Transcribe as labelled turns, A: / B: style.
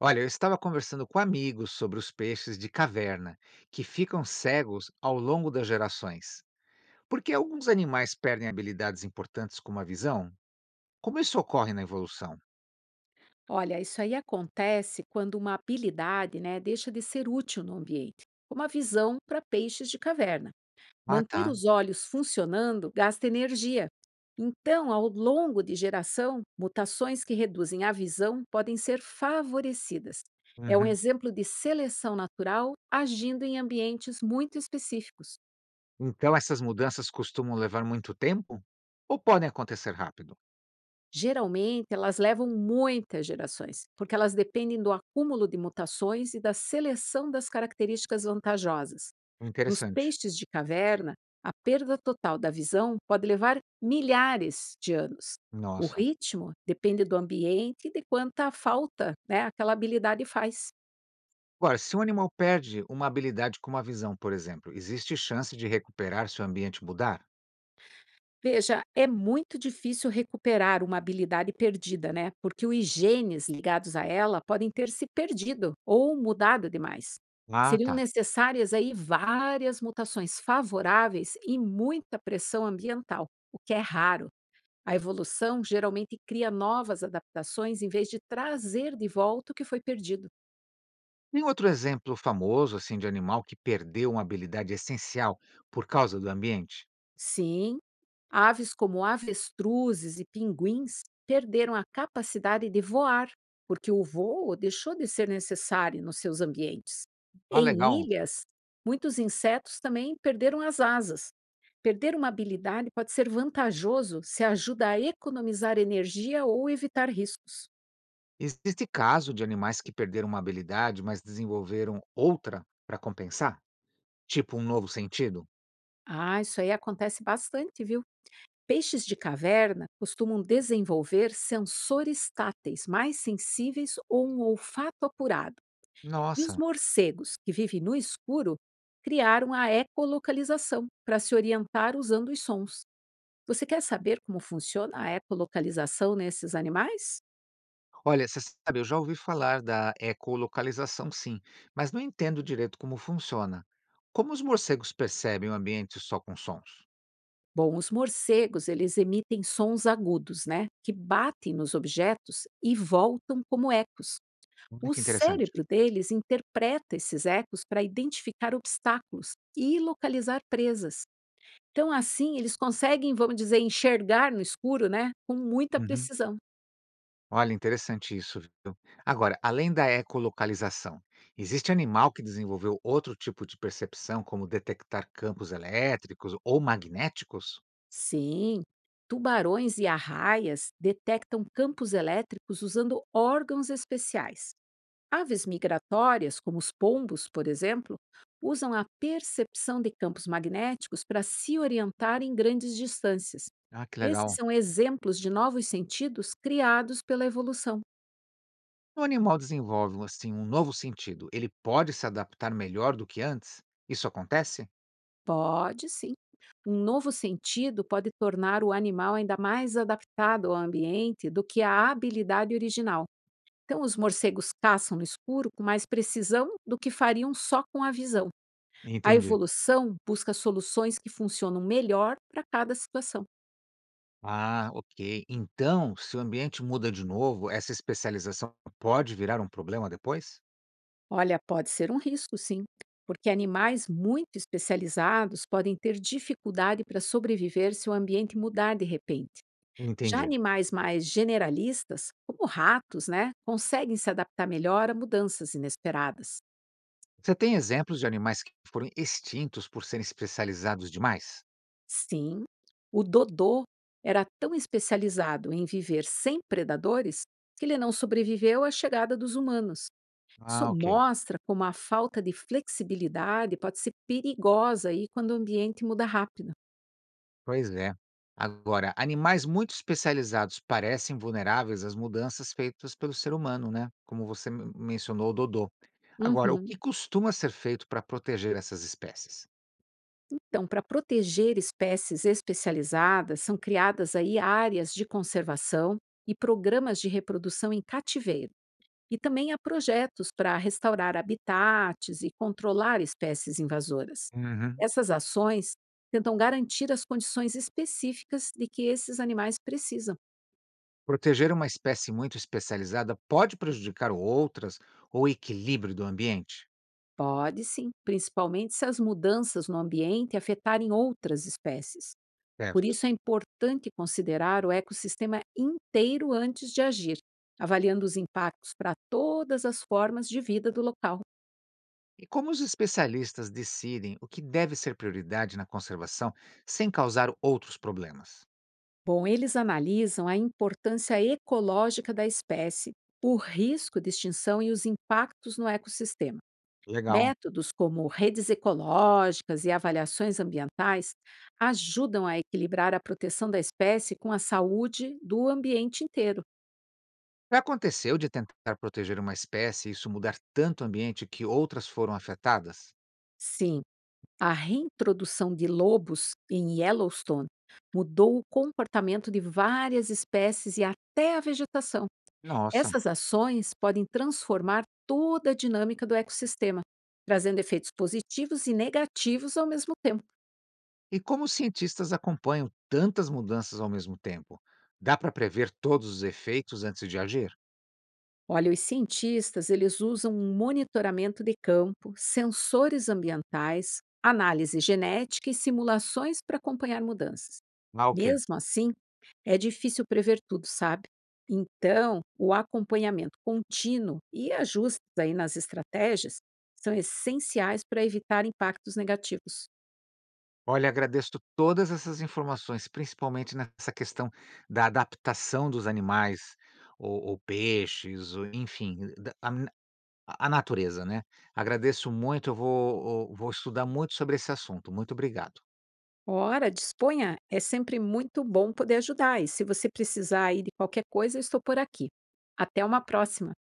A: Olha, eu estava conversando com amigos sobre os peixes de caverna, que ficam cegos ao longo das gerações. Por que alguns animais perdem habilidades importantes como a visão? Como isso ocorre na evolução?
B: Olha, isso aí acontece quando uma habilidade, né, deixa de ser útil no ambiente, como a visão para peixes de caverna.
A: Ah,
B: Manter
A: tá.
B: os olhos funcionando gasta energia. Então, ao longo de geração, mutações que reduzem a visão podem ser favorecidas. É um
A: Uhum.
B: exemplo de seleção natural agindo em ambientes muito específicos.
A: Então essas mudanças costumam levar muito tempo? Ou podem acontecer rápido?
B: Geralmente, elas levam muitas gerações, porque elas dependem do acúmulo de mutações e da seleção das características vantajosas. Nos
A: Interessante.
B: peixes de caverna, a perda total da visão pode levar milhares de anos. O
A: Nossa.
B: ritmo depende do ambiente e de quanta falta, né, aquela habilidade faz.
A: Agora, se um animal perde uma habilidade como a visão, por exemplo, existe chance de recuperar se o ambiente mudar?
B: Veja, é muito difícil recuperar uma habilidade perdida, né? Porque os genes ligados a ela podem ter se perdido ou mudado demais.
A: Ah,
B: Seriam
A: tá.
B: necessárias aí várias mutações favoráveis e muita pressão ambiental, o que é raro. A evolução geralmente cria novas adaptações em vez de trazer de volta o que foi perdido.
A: Tem outro exemplo famoso assim de animal que perdeu uma habilidade essencial por causa do ambiente?
B: Sim, aves como avestruzes e pinguins perderam a capacidade de voar, porque o voo deixou de ser necessário nos seus ambientes.
A: Ah,
B: Em
A: legal.
B: ilhas, muitos insetos também perderam as asas. Perder uma habilidade pode ser vantajoso se ajuda a economizar energia ou evitar riscos.
A: Existe caso de animais que perderam uma habilidade, mas desenvolveram outra para compensar? Tipo um novo sentido?
B: Ah, isso aí acontece bastante, viu? Peixes de caverna costumam desenvolver sensores táteis mais sensíveis ou um olfato apurado. E os
A: Nossa.
B: morcegos, que vivem no escuro, criaram a ecolocalização para se orientar usando os sons. Você quer saber como funciona a ecolocalização nesses animais?
A: Olha, você sabe, eu já ouvi falar da ecolocalização, sim, mas não entendo direito como funciona. Como os morcegos percebem o ambiente só com sons?
B: Bom, os morcegos, eles emitem sons agudos, né, que batem nos objetos e voltam como ecos.
A: Olha
B: O
A: que interessante.
B: cérebro deles interpreta esses ecos para identificar obstáculos e localizar presas. Então, assim, eles conseguem, vamos dizer, enxergar no escuro, né, com muita
A: Uhum.
B: precisão.
A: Olha, interessante isso, viu? Agora, além da ecolocalização, existe animal que desenvolveu outro tipo de percepção, como detectar campos elétricos ou magnéticos?
B: Sim, tubarões e arraias detectam campos elétricos usando órgãos especiais. Aves migratórias, como os pombos, por exemplo, usam a percepção de campos magnéticos para se orientar em grandes distâncias.
A: Ah, que
B: Esses
A: legal.
B: são exemplos de novos sentidos criados pela evolução.
A: O animal desenvolve assim um novo sentido. Ele pode se adaptar melhor do que antes? Isso acontece?
B: Pode sim. Um novo sentido pode tornar o animal ainda mais adaptado ao ambiente do que a habilidade original. Então, os morcegos caçam no escuro com mais precisão do que fariam só com a visão. A
A: Entendi.
B: evolução busca soluções que funcionam melhor para cada situação.
A: Ah, ok. Então, se o ambiente muda de novo, essa especialização pode virar um problema depois?
B: Olha, pode ser um risco, sim, porque animais muito especializados podem ter dificuldade para sobreviver se o ambiente mudar de repente. Já
A: Entendi.
B: animais mais generalistas, como ratos, né, conseguem se adaptar melhor a mudanças inesperadas.
A: Você tem exemplos de animais que foram extintos por serem especializados demais?
B: Sim, o Dodô era tão especializado em viver sem predadores que ele não sobreviveu à chegada dos humanos. Isso
A: Ah, ok.
B: mostra como a falta de flexibilidade pode ser perigosa aí quando o ambiente muda rápido.
A: Pois é. Agora, animais muito especializados parecem vulneráveis às mudanças feitas pelo ser humano, né? Como você mencionou, o Dodô. Agora, o
B: Uhum.
A: que costuma ser feito para proteger essas espécies?
B: Então, para proteger espécies especializadas, são criadas aí áreas de conservação e programas de reprodução em cativeiro. E também há projetos para restaurar habitats e controlar espécies invasoras.
A: Uhum.
B: Essas ações tentam garantir as condições específicas de que esses animais precisam.
A: Proteger uma espécie muito especializada pode prejudicar outras ou o equilíbrio do ambiente?
B: Pode sim, principalmente se as mudanças no ambiente afetarem outras espécies. Por
A: Certo.
B: isso é importante considerar o ecossistema inteiro antes de agir, avaliando os impactos para todas as formas de vida do local.
A: E como os especialistas decidem o que deve ser prioridade na conservação sem causar outros problemas?
B: Bom, eles analisam a importância ecológica da espécie, o risco de extinção e os impactos no ecossistema.
A: Legal.
B: Métodos como redes ecológicas e avaliações ambientais ajudam a equilibrar a proteção da espécie com a saúde do ambiente inteiro.
A: Já aconteceu de tentar proteger uma espécie e isso mudar tanto o ambiente que outras foram afetadas?
B: Sim, a reintrodução de lobos em Yellowstone mudou o comportamento de várias espécies e até a vegetação.
A: Nossa!
B: Essas ações podem transformar toda a dinâmica do ecossistema, trazendo efeitos positivos e negativos ao mesmo tempo.
A: E como os cientistas acompanham tantas mudanças ao mesmo tempo? Dá para prever todos os efeitos antes de agir?
B: Olha, os cientistas, eles usam um monitoramento de campo, sensores ambientais, análise genética e simulações para acompanhar mudanças.
A: Ah, ok.
B: Mesmo assim, é difícil prever tudo, sabe? Então, o acompanhamento contínuo e ajustes aí nas estratégias são essenciais para evitar impactos negativos.
A: Olha, agradeço todas essas informações, principalmente nessa questão da adaptação dos animais, ou peixes, ou, enfim, a natureza, né? Agradeço muito, eu vou estudar muito sobre esse assunto. Muito obrigado.
B: Ora, disponha, é sempre muito bom poder ajudar e se você precisar aí de qualquer coisa, eu estou por aqui. Até uma próxima!